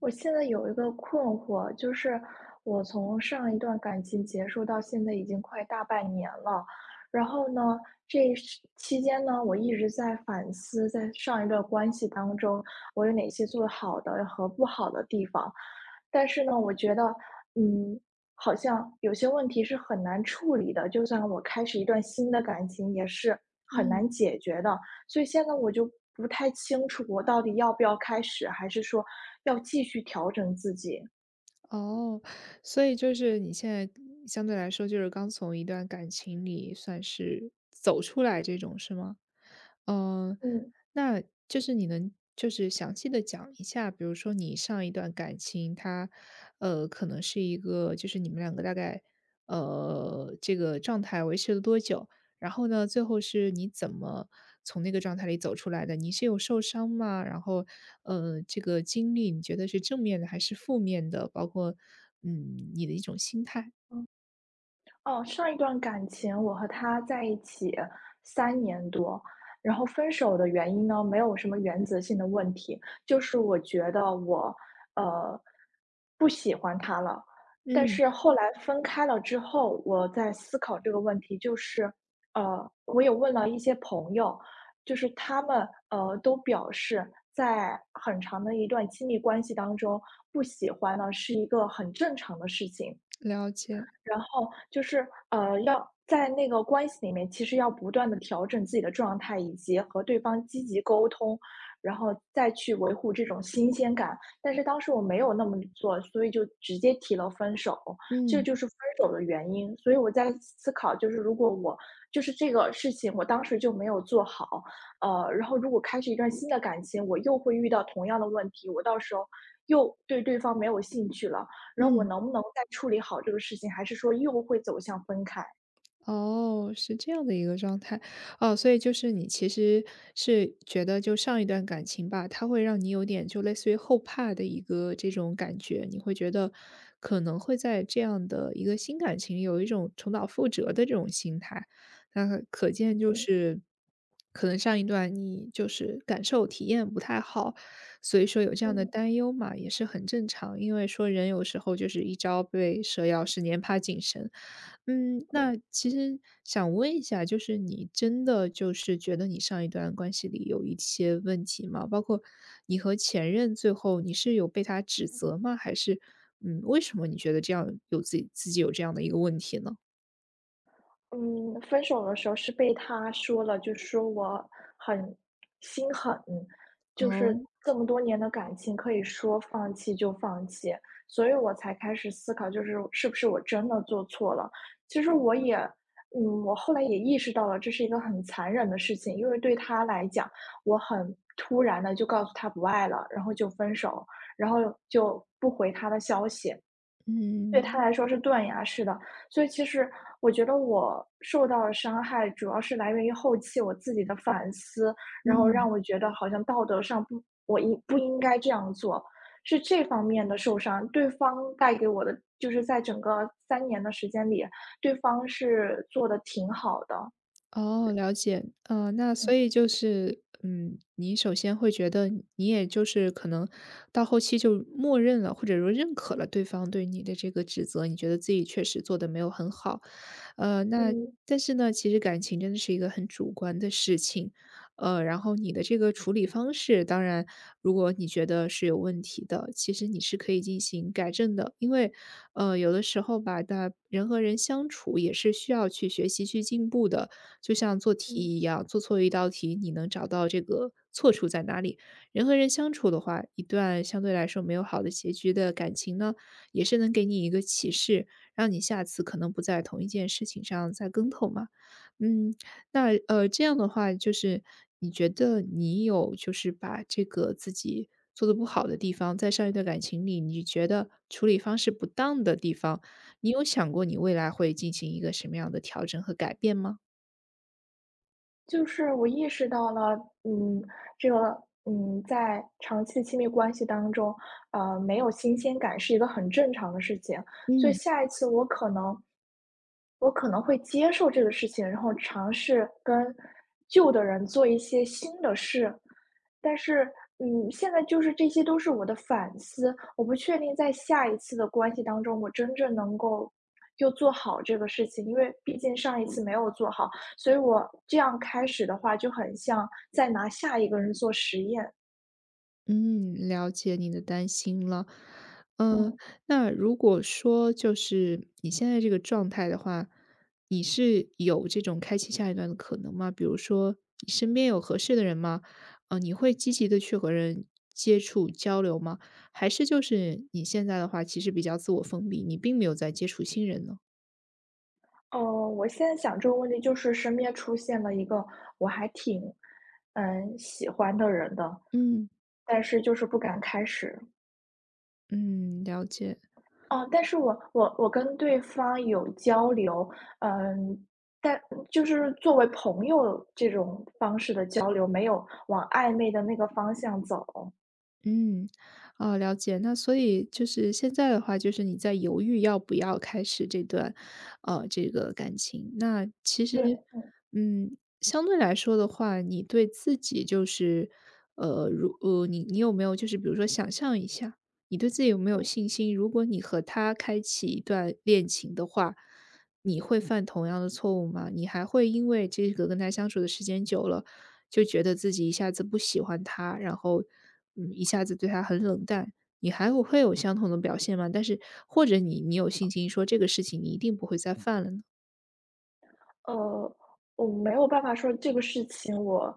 我现在有一个困惑，就是我从上一段感情结束到现在已经快大半年了，然后呢，这是期间呢，我一直在反思，在上一段关系当中，我有哪些做得好的和不好的地方，但是呢，我觉得，嗯，好像有些问题是很难处理的，就算我开始一段新的感情，也是很嗯，难解决的。所以现在我就不太清楚我到底要不要开始，还是说要继续调整自己。哦，所以就是你现在相对来说就是刚从一段感情里算是走出来这种是吗？嗯，嗯。那就是你能就是详细的讲一下，比如说你上一段感情它，可能是一个就是你们两个大概，这个状态维持了多久？然后呢，最后是你怎么从那个状态里走出来的？你是有受伤吗？然后，这个经历你觉得是正面的还是负面的？包括，嗯，你的一种心态。哦，上一段感情我和他在一起3年多，然后分手的原因呢，没有什么原则性的问题，就是我觉得我，呃，不喜欢他了。但嗯，是后来分开了之后，我在思考这个问题，就是，我也问了一些朋友，就是他们都表示，在很长的一段亲密关系当中，不喜欢呢是一个很正常的事情。了解，然后就是，要在那个关系里面，其实要不断的调整自己的状态，以及和对方积极沟通，然后再去维护这种新鲜感。但是当时我没有那么做，所以就直接提了分手，这嗯就是分手的原因。所以我在思考，就是如果我就是这个事情，我当时就没有做好，然后如果开始一段新的感情，我又会遇到同样的问题，我到时候又对对方没有兴趣了，然后我嗯。能不能再处理好这个事情，还是说又会走向分开？哦，是这样的一个状态。哦，所以就是你其实是觉得就上一段感情吧，它会让你有点就类似于后怕的一个这种感觉，你会觉得可能会在这样的一个新感情里有一种重蹈覆辙的这种心态。那可见就嗯。是，可能上一段你就是感受体验不太好，所以说有这样的嗯，担忧嘛，也是很正常。因为说人有时候就是一朝被蛇咬，十年怕井绳。嗯，那其实想问一下，就是你真的就是觉得你上一段关系里有一些问题吗？包括你和前任最后你是有被他指责吗？还是嗯，为什么你觉得这样有自己有这样的一个问题呢？嗯，分手的时候是被他说了，就说我很心狠，就是哦，这么多年的感情，可以说放弃就放弃，所以我才开始思考，就是是不是我真的做错了。其实我也，我后来也意识到了，这是一个很残忍的事情，因为对他来讲，我很突然的就告诉他不爱了，然后就分手，然后就不回他的消息。对他嗯来说是断崖式的，所以其实我觉得我受到的伤害主要是来源于后期我自己的反思，然后嗯，让我觉得好像道德上不，我应不应该这样做，是这方面的受伤。对方带给我的就是在整个三年的时间里，对方是做的挺好的，哦，了解。那所嗯以就是，嗯，你首先会觉得你也就是可能到后期就默认了，或者说认可了对方对你的这个指责，你觉得自己确实做的没有很好。那嗯但是呢，其实感情真的是一个很主观的事情。然后你的这个处理方式，当然如果你觉得是有问题的，其实你是可以进行改正的。因为，有的时候吧，那人和人相处也是需要去学习去进步的。就像做题嗯。一样，做错一道题，你能找到这个错处在哪里。人和人相处的话，一段相对来说没有好的结局的感情呢，也是能给你一个启示，让你下次可能不在同一件事情上再跟头嘛。嗯，那这样的话，就是你觉得你有就是把这个自己做的不好的地方，在上一段感情里，你觉得处理方式不当的地方，你有想过你未来会进行一个什么样的调整和改变吗？就是我意识到了，嗯，这个，在长期的亲密关系当中，没有新鲜感是一个很正常的事情，所以嗯。下一次我可能会接受这个事情，然后尝试跟旧的人做一些新的事。但是，现在就是这些都是我的反思，我不确定在下一次的关系当中，我真正能够就做好这个事情，因为毕竟上一次没有做好，所以我这样开始的话，就很像在拿下一个人做实验。嗯，了解你的担心了。嗯。嗯，那如果说就是你现在这个状态的话，你是有这种开启下一段的可能吗？比如说你身边有合适的人吗？你会积极的去和人接触交流吗？还是就是你现在的话其实比较自我封闭，你并没有在接触新人呢？哦，我现在想这个问题，就是身边出现了一个我还挺喜欢的人的，嗯。但是就是不敢开始。嗯，了解。哦，但是我跟对方有交流，嗯，但就是作为朋友这种方式的交流，没有往暧昧的那个方向走。嗯，哦，了解。那所以就是现在的话，就是你在犹豫要不要开始这段，这个感情。那其实，对，嗯，相对来说的话，你对自己就是，你有没有就是比如说想象一下，你对自己有没有信心？如果你和他开启一段恋情的话，你会犯同样的错误吗？你还会因为这个跟他相处的时间久了？就觉得自己一下子不喜欢他，然后，嗯，一下子对他很冷淡，你还会有相同的表现吗？但是或者你有信心说这个事情你一定不会再犯了呢？呃，我没有办法说这个事情我，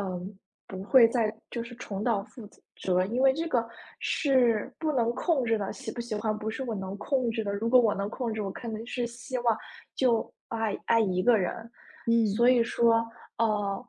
嗯，不会再就是重蹈覆辙，因为这个是不能控制的，喜不喜欢不是我能控制的。如果我能控制，我肯定是希望就爱一个人。嗯，所以说，呃，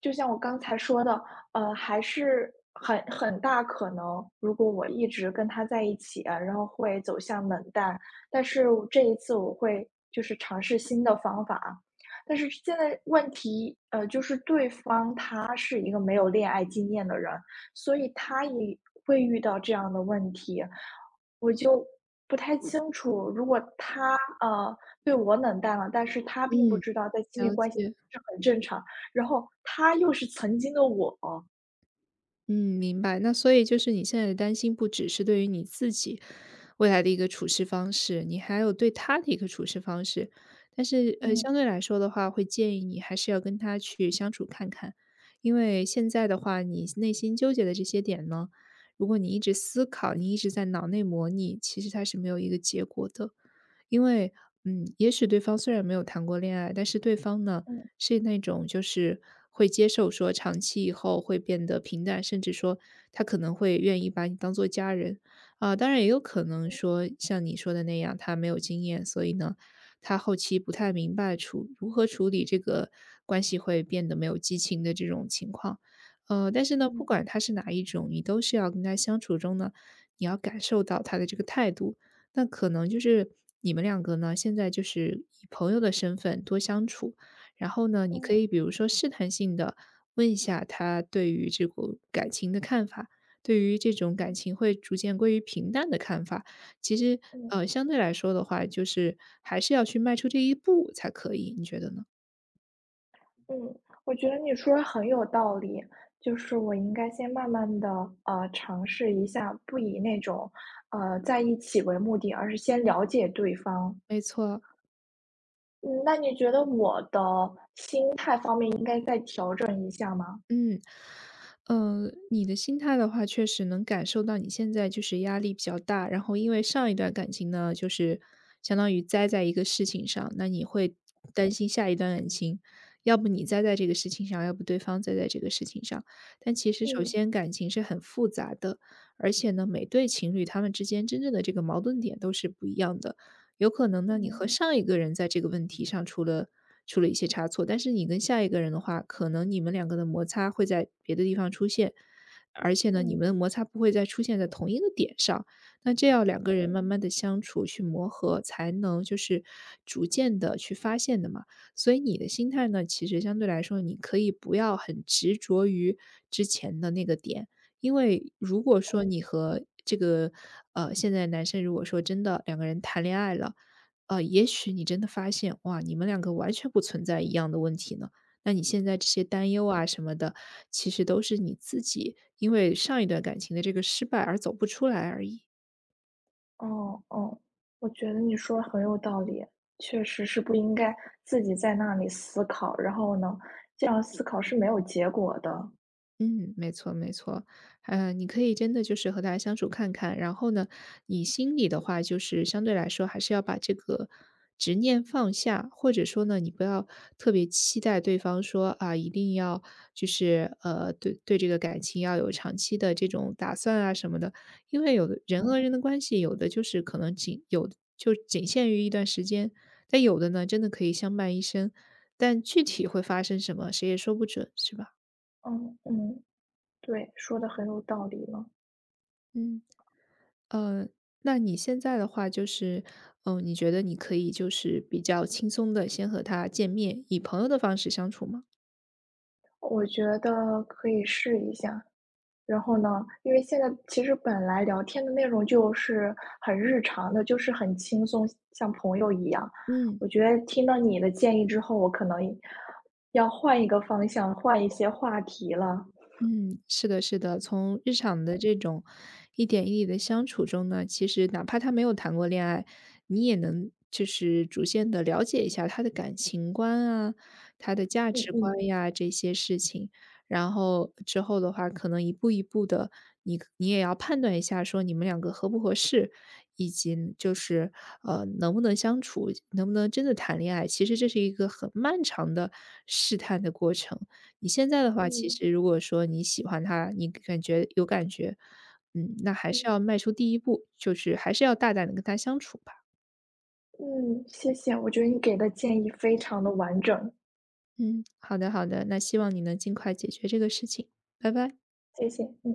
就像我刚才说的，还是很大可能，如果我一直跟他在一起啊然后会走向冷淡，但是我这一次我会就是尝试新的方法啊。但是现在问题，就是对方他是一个没有恋爱经验的人，所以他也会遇到这样的问题。我就不太清楚，如果他，对我冷淡了，但是他并不嗯。知道在亲密了关系解。是很正常，然后他又是曾经的我。嗯，明白。那所以就是你现在的担心，不只是对于你自己未来的一个处事方式，你还有对他的一个处事方式。但是，嗯相对来说的话，会建议你还是要跟他去相处看看，因为现在的话，你内心纠结的这些点呢，如果你一直思考，你一直在脑内模拟，其实它是没有一个结果的。因为，嗯，也许对方虽然没有谈过恋爱，但是对方呢嗯是那种就是会接受说长期以后会变得平淡，甚至说他可能会愿意把你当做家人啊、当然也有可能嗯说像你说的那样，他没有经验，所以呢，他后期不太明白处如何处理这个关系会变得没有激情的这种情况。但是呢，不嗯管他是哪一种，你都是要跟他相处中呢，你要感受到他的这个态度，那可能就是你们两个呢，现在就是以朋友的身份多相处，然后呢，你可以嗯比如说试探性的问一下他对于这个感情的看法，对于这种感嗯情会逐渐归于平淡的看法。其实，嗯。相对来说的话，就是还是要去迈出这一步才可以，你觉得呢？嗯，我觉得你说的很有道理，就是我应该先慢慢的尝试一下，不以那种，在一起为目的，而是先了解对方。没错，嗯，那你觉得我的心态方面应该再调整一下吗？嗯，你的心态的话，确实能感受到你现在就是压力比较大，然后因为上一段感情呢，就是相当于栽在一个事情上，那你会担心下一段感情，要不你栽在这个事情上，要不对方栽在这个事情上。但其实首嗯，先感情是很复杂的，而且呢，每对情侣他们之间真正的这个矛盾点都是不一样的。有可能呢，你和嗯，上一个人在这个问题上出了一些差错，但是你跟下一个人的话，可能你们两个的摩擦会在别的地方出现，而且呢，你嗯，们的摩擦不会再出现在同一个点上。那这样两个人慢慢的相处去磨合，才能就是逐渐的去发现的嘛。所以你的心态呢，其实相对来说，你可以不要很执着于之前的那个点，因为如果说嗯，你嗯，和这个现在男生如果说真的两个人谈恋爱了，也许你真的发现，哇，你们两个完全不存在一样的问题呢。那你现在这些担忧啊什么的，其实都是你自己因为上一段感情的这个失败而走不出来而已。哦，哦，我觉得你说的很有道理，确实是不应该自己在那里思考，然后呢，这样思考是没有结果的。嗯，没错没错，嗯，你可以真的就是和他相处看看，然后呢，你心里的话就是相对来说还是要把这个执念放下，或者说呢，你不要特别期待对方说啊，一定要就是对这个感情要有长期的这种打算啊什么的，因为有的人和嗯，人的关系，有的就是可能仅有的就仅限于一段时间，但有的呢，真的可以相伴一生，但具体会发生什么，谁也说不准，是吧？嗯，嗯。对，说的很有道理呢，嗯。呃，那你现在的话就是，嗯、你觉得你可以就是比较轻松的先和他见面，以朋友的方式相处吗？我觉得可以试一下。然后呢，因为现在其实本来聊天的内容就是很日常的，就是很轻松，像朋友一样。嗯，我觉得听到你的建议之后，我可能要换一个方向，换一些话题了。嗯，是的，是的，从日常的这种一点一滴的相处中呢，其实哪怕他没有谈过恋爱，你也能就是逐渐的了解一下他的感情观啊，他的价嗯值观嗯呀这些事情。然后之后的话，可能一步一步的，你也要判断一下，说你们两个合不合适，以及就是能不能相处，能不能真的谈恋爱。其实这是一个很漫长的试探的过程。你现在的话，其嗯实如果说你喜欢他，你感觉有感觉，嗯，那还嗯是要迈出第一步，就是还是要大胆的跟他相处吧。嗯，谢谢，我觉得你给的建议非常的完整，嗯，好的好的，那希望你能尽快解决这个事情，拜拜。谢谢，嗯。